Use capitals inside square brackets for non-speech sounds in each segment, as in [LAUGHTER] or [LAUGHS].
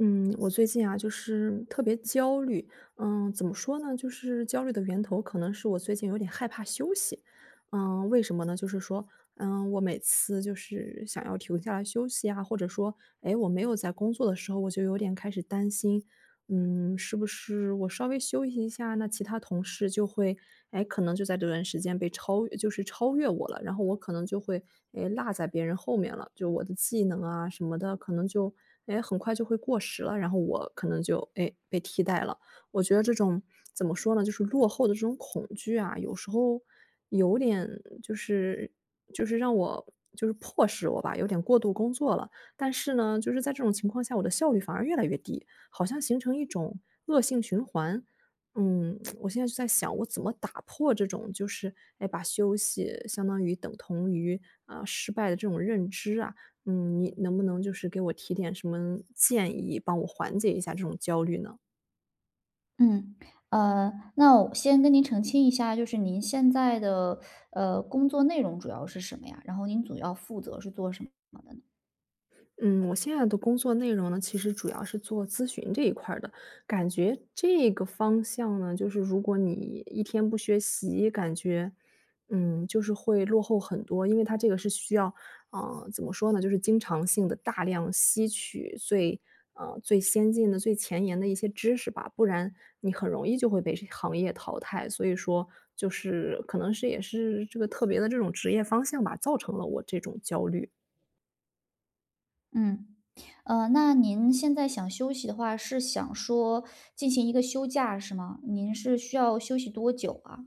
嗯，我最近啊，就是特别焦虑。怎么说呢？就是焦虑的源头可能是我最近有点害怕休息。为什么呢？就是说，我每次就是想要停下来休息啊，或者说，我没有在工作的时候，我就有点开始担心。是不是我稍微休息一下，那其他同事就会，可能就在这段时间被超越，就是超越我了，然后我可能就会，落在别人后面了，就我的技能啊什么的，可能就，很快就会过时了，然后我可能就，被替代了。我觉得这种怎么说呢，就是落后的这种恐惧啊，有时候有点就是让我，就是迫使我吧，有点过度工作了。但是呢，就是在这种情况下，我的效率反而越来越低。好像形成一种恶性循环。[TSK] 我现在就在想，我怎么打破这种就是，把休息相当于等同于啊、失败的这种认知啊？你能不能就是给我提点什么建议，帮我缓解一下这种焦虑呢？嗯，呃，那我先跟您澄清一下，就是您现在的呃工作内容主要是什么呀？然后您主要负责是做什么的呢？嗯，我现在的工作内容呢，其实主要是做咨询这一块儿的，感觉这个方向呢，就是如果你一天不学习，感觉，就是会落后很多，因为它这个是需要，怎么说呢，就是经常性的大量吸取最，最先进的、最前沿的一些知识吧，不然你很容易就会被行业淘汰。所以说，就是可能是也是这个特别的这种职业方向吧，造成了我这种焦虑。嗯，那您现在想休息的话，是想说进行一个休假是吗？您是需要休息多久啊？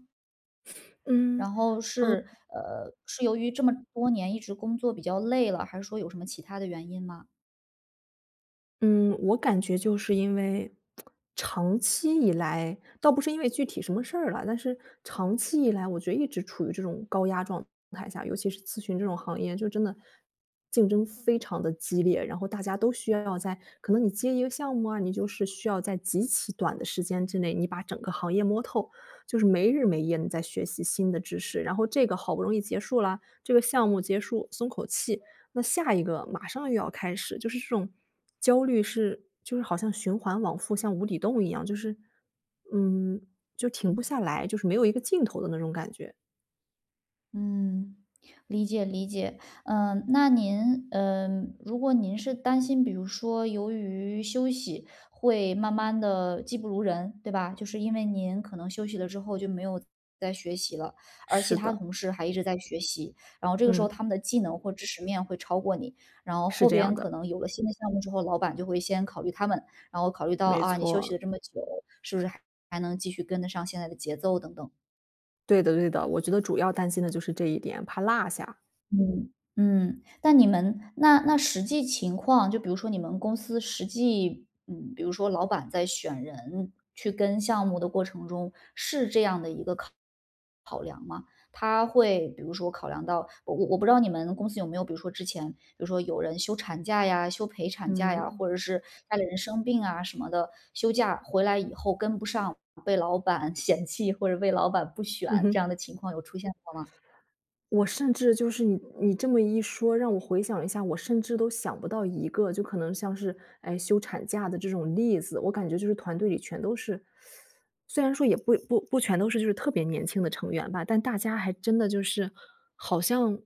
嗯，然后是是由于这么多年一直工作比较累了，还是说有什么其他的原因吗？嗯，我感觉就是因为长期以来，倒不是因为具体什么事儿了，但是长期以来，我觉得一直处于这种高压状态下，尤其是咨询这种行业，就真的竞争非常的激烈，然后大家都需要在可能你接一个项目啊，你就是需要在极其短的时间之内，你把整个行业摸透，就是没日没夜你在学习新的知识，然后这个好不容易结束了，这个项目结束，松口气，那下一个马上又要开始，就是这种焦虑是就是好像循环往复，像无底洞一样，就是嗯，就停不下来，就是没有一个尽头的那种感觉。嗯，理解理解。嗯，那您，嗯，如果您是担心，比如说由于休息会慢慢的技不如人，对吧？就是因为您可能休息了之后就没有在学习了，而其是他的。同事还一直在学习，然后这个时候嗯。他们的技能或知识面会超过你，然后是后这样边可的。能有了新的项目之后，老板就会先考虑他们，然后考虑到没啊，你休息错。了这么久，是不是还还能继续跟得上现在的节奏等等。对的对的，我觉得主要担心的就是这一点，怕落下。嗯，嗯，但你们那实际情况，就比如说你们公司实际，嗯，比如说老板在选人去跟项目的过程中，是这样的一个考量吗？他会比如说考量到，我不知道你们公司有没有，比如说之前，比如说有人休产假呀、休陪产假呀，嗯。或者是家里人生病啊什么的，休假回来以后跟不上，被老板 [LAUGHS] 嫌弃或者被老板不嗯选这哼。样的情况有出现过吗？我甚至就是你这么一说，让我回想了一下，我甚至都想不到一个，就可能像是，休产假的这种例子，我感觉就是团队里全都是，虽然说也不全都是就是特别年轻的成员吧，但大家还真的就是好像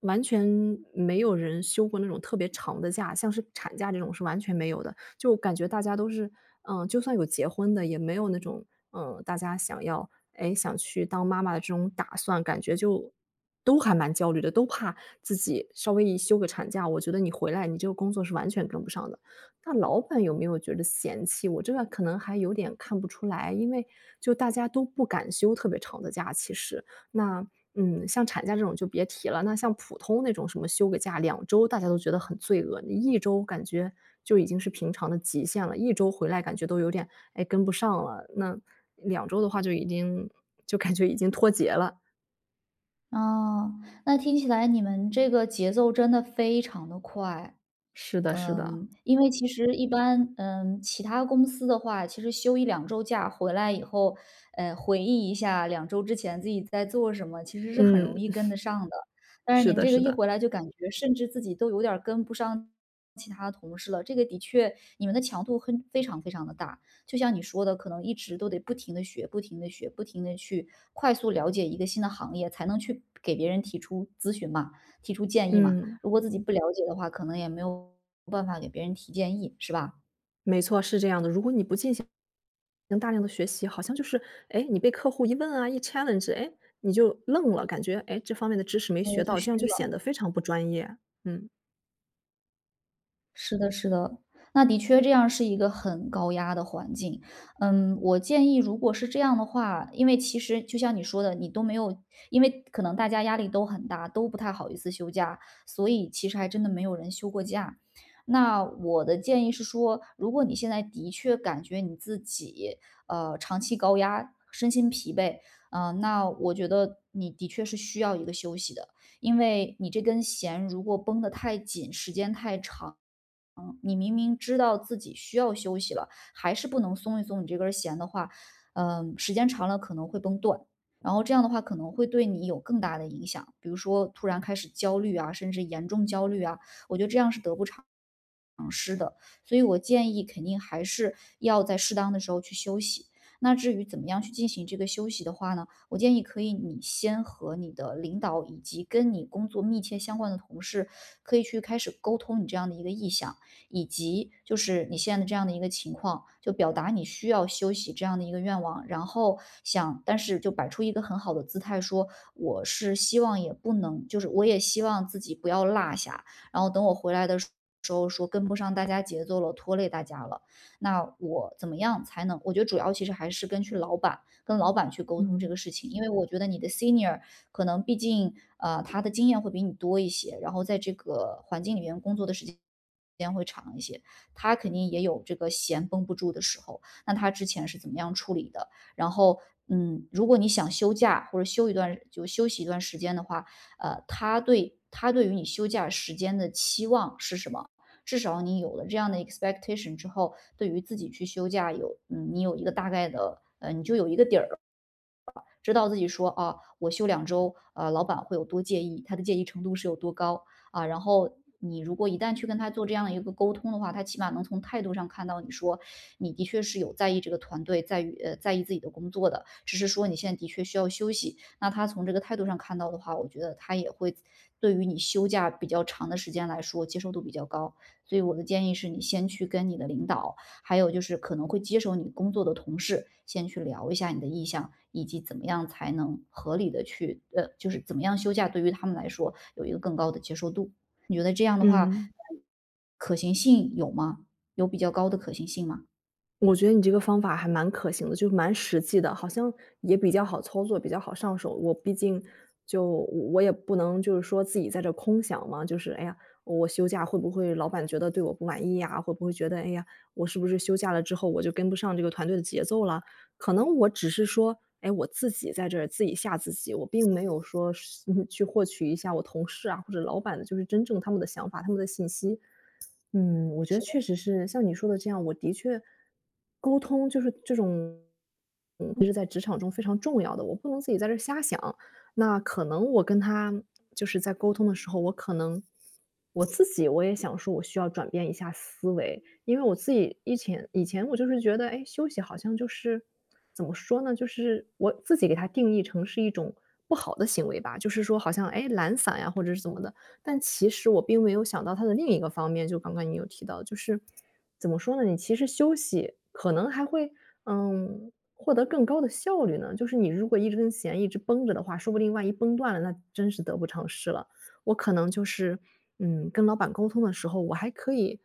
完全没有人休过那种特别长的假，像是产假这种是完全没有的。就感觉大家都是，就算有结婚的，也没有那种，大家想要，想去当妈妈的这种打算，感觉就都还蛮焦虑的，都怕自己稍微一休个产假，我觉得你回来，你这个工作是完全跟不上的。那老板有没有觉得嫌弃我？这个可能还有点看不出来，因为就大家都不敢休特别长的假，其实。那，像产假这种就别提了，那像普通那种什么休个假两周，大家都觉得很罪恶。你一周感觉就已经是平常的极限了，一周回来感觉都有点，跟不上了。那两周的话就已经就感觉已经脱节了。哦，那听起来你们这个节奏真的非常的快，是的是的。嗯，因为其实一般，嗯，其他公司的话，其实休一两周假回来以后，回忆一下两周之前自己在做什么，其实是很容嗯。易跟得上的。但是是您的这个是一的。回来就感觉甚至自己都有点儿跟不上其他的同事了，这个的确你们的强度很非常非常的大。就像你说的，可能一直都得不停的学、不停的学、不停的去快速了解一个新的行业，才能去给别人提出咨询嘛，提出建议嘛。嗯。如果自己不了解的话，可能也没有办法给别人提建议，是吧？没错，是这样的。如果你不进行大量的学习，好像就是，你被客户一问啊，一 challenge，你就愣了，感觉，这方面的知识没因为学就到，这虚样就显了。得非常不专业。嗯。是的，是的，那的确这样是一个很高压的环境。嗯，我建议如果是这样的话，因为其实就像你说的，你都没有因为可能大家压力都很大，都不太好意思休假，所以其实还真的没有人休过假。那我的建议是说，如果你现在的确感觉你自己，长期高压，身心疲惫，那我觉得你的确是需要一个休息的。因为你这根弦如果绷得太紧，时间太长，嗯，你明明知道自己需要休息了，还是不能松一松你这根弦的话，嗯，时间长了可能会崩断，然后这样的话可能会对你有更大的影响，比如说突然开始焦虑啊，甚至严重焦虑啊，我觉得这样是得不偿失，所以我建议肯定还是要在适当的时候去休息。那至于怎么样去进行这个休息的话呢，我建议可以你先和你的领导以及跟你工作密切相关的同事，可以去开始沟通你这样的一个意向，以及就是你现在的这样的一个情况，就表达你需要休息这样的一个愿望，然后想，但是就摆出一个很好的姿态说，我是希望也不能，就是我也希望自己不要落下，然后等我回来的时候说跟不上大家节奏了，拖累大家了。那我怎么样才能，我觉得主要其实还是根据老板跟老板去沟通这嗯。个事情，因为我觉得你的 senior 可能毕竟，他的经验会比你多一些，然后在这个环境里面工作的时间会长一些，他肯定也有这个弦绷不住的时候，那他之前是怎么样处理的？然后，嗯，如果你想休假或者休一段就休息一段时间的话，他对他对于你休假时间的期望是什么？至少你有了这样的 expectation 之后，对于自己去休假有，嗯，你有一个大概的，你就有一个底儿，知道自己说啊，我休两周，老板会有多介意，他的介意程度是有多高啊。然后你如果一旦去跟他做这样的一个沟通的话，他起码能从态度上看到你说你的确是有在意这个团队，在于在意自己的工作的，只是说你现在的确需要休息。那他从这个态度上看到的话，我觉得他也会对于你休假比较长的时间来说接受度比较高。所以我的建议是你先去跟你的领导。还有就是可能会接手你工作的同事，先去聊一下你的意向，以及怎么样才能合理的去，就是怎么样休假对于他们来说有一个更高的接受度。你觉得这样的话，嗯，嗯，可行性有吗？有比较高的可行性吗？我觉得你这个方法还蛮可行的，就蛮实际的，好像也比较好操作，比较好上手。我毕竟就我也不能就是说自己在这空想嘛，就是哎呀，我休假会不会老板觉得对我不满意呀？会不会觉得哎呀，我是不是休假了之后我就跟不上这个团队的节奏了？可能我只是说，我自己在这儿自己吓自己，我并没有说是 [LAUGHS] 去获取一下我同事啊或者老板的，就是真正他们的想法、他们的信息。我觉得确实是像你说的这样，我的确沟通就是这种，就是在职场中非常重要的，我不能自己在这儿瞎想。那可能我跟他就是在沟通的时候，我可能我自己我也想说，我需要转变一下思维，因为我自己以前我就是觉得，休息好像就是怎么说呢，就是我自己给它定义成是一种不好的行为吧，就是说好像懒散呀，或者是怎么的。但其实我并没有想到它的另一个方面，就刚刚你有提到，就是怎么说呢？你其实休息可能还会，获得更高的效率呢。就是你如果一根弦一直绷着的话，说不定万一绷断了，那真是得不偿失了。我可能就是，跟老板沟通的时候，我还可以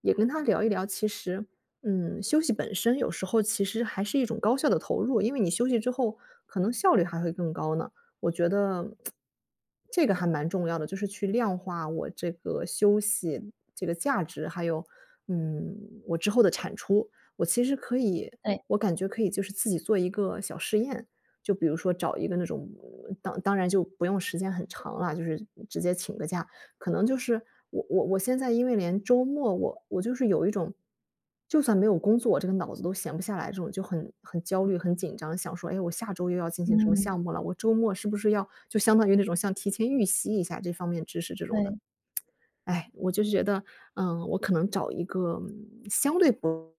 也跟他聊一聊，其实，休息本身有时候其实还是一种高效的投入，因为你休息之后，可能效率还会更高呢。我觉得这个还蛮重要的，就是去量化我这个休息这个价值，还有，嗯，我之后的产出。我其实可以对，我感觉可以就是自己做一个小试验，就比如说找一个那种当然就不用时间很长了，就是直接请个假，可能就是我现在因为连周末我就是有一种，就算没有工作，我这个脑子都闲不下来，这种就很焦虑、很紧张，想说，我下周又要进行什么嗯，项目了？我周末是不是要就相当于那种像提前预习一下这方面知识这种的，对哎，我就是觉得，我可能找一个相对不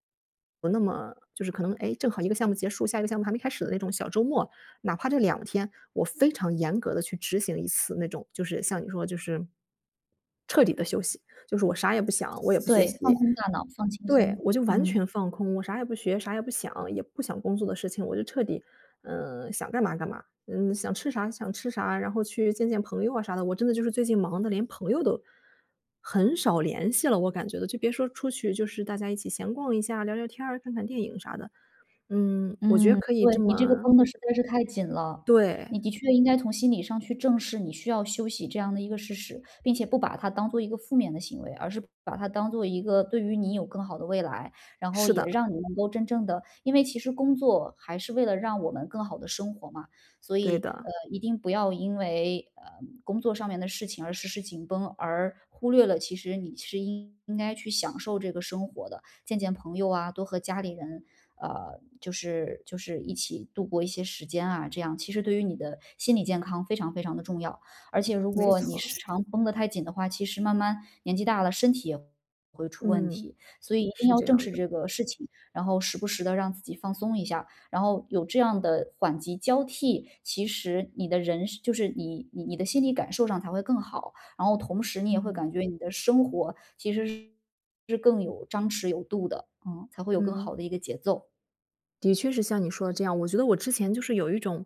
不那么就是可能，正好一个项目结束，下一个项目还没开始的那种小周末，哪怕这两天，我非常严格的去执行一次那种，就是像你说就是彻底的休息，就是我啥也不想，我也不学对，放习。空大脑，放轻对，松，我就完嗯。全放空，我啥也不学，啥也不想，也不想工作的事情，我就彻底想干嘛干嘛，想吃啥想吃啥，然后去见见朋友啊啥的。我真的就是最近忙的，连朋友都很少联系了，我感觉的，就别说出去，就是大家一起闲逛一下、聊聊天儿、看看电影啥的。我觉得嗯，可以这对，你这个么。绷得实在是太紧了，对。你的确应该从心理上去正视你需要休息这样的一个事实，并且不把它当做一个负面的行为，而是把它当做一个对于你有更好的未来，然后是也的。让你能够真正的，因为其实工作还是为了让我们更好的生活嘛，所对以，的。一定不要因为，工作上面的事情而时时紧绷，而忽略了其实你是应该去享受这个生活的。见见朋友啊，多和家里人，就是一起度过一些时间啊，这样其实对于你的心理健康非常非常的重要。而且如没果你错。时常绷得太紧的话，其实慢慢年纪大了，身体也会出问嗯。题，所以一定是要这正样视的。这个事情，然后时不时的让自己放松一下，然后有这样的缓急交替，其实你的人就是你的心理感受上才会更好。然后同时你也会嗯。感觉你的生活其实是更有张弛有度的，嗯，才会有更嗯。好的一个节奏。的确是像你说的这样，我觉得我之前就是有一种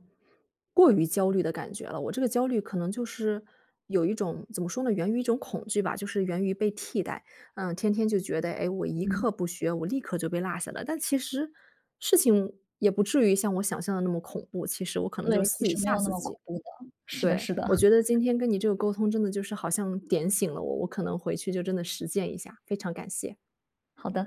过于焦虑的感觉了。我这个焦虑可能就是有一种怎么说呢，源于一种恐惧吧，就是源于被替代。天天就觉得，我一刻不学，我立刻就被落下了。但其实事情也不至于像我想象的那么恐怖，其实我可能对，就其试一实没下有那自么恐己。怖的，是的对，是的，我觉得今天跟你这个沟通，真的就是好像点醒了我，我可能回去就真的实践一下，非常感谢。好的。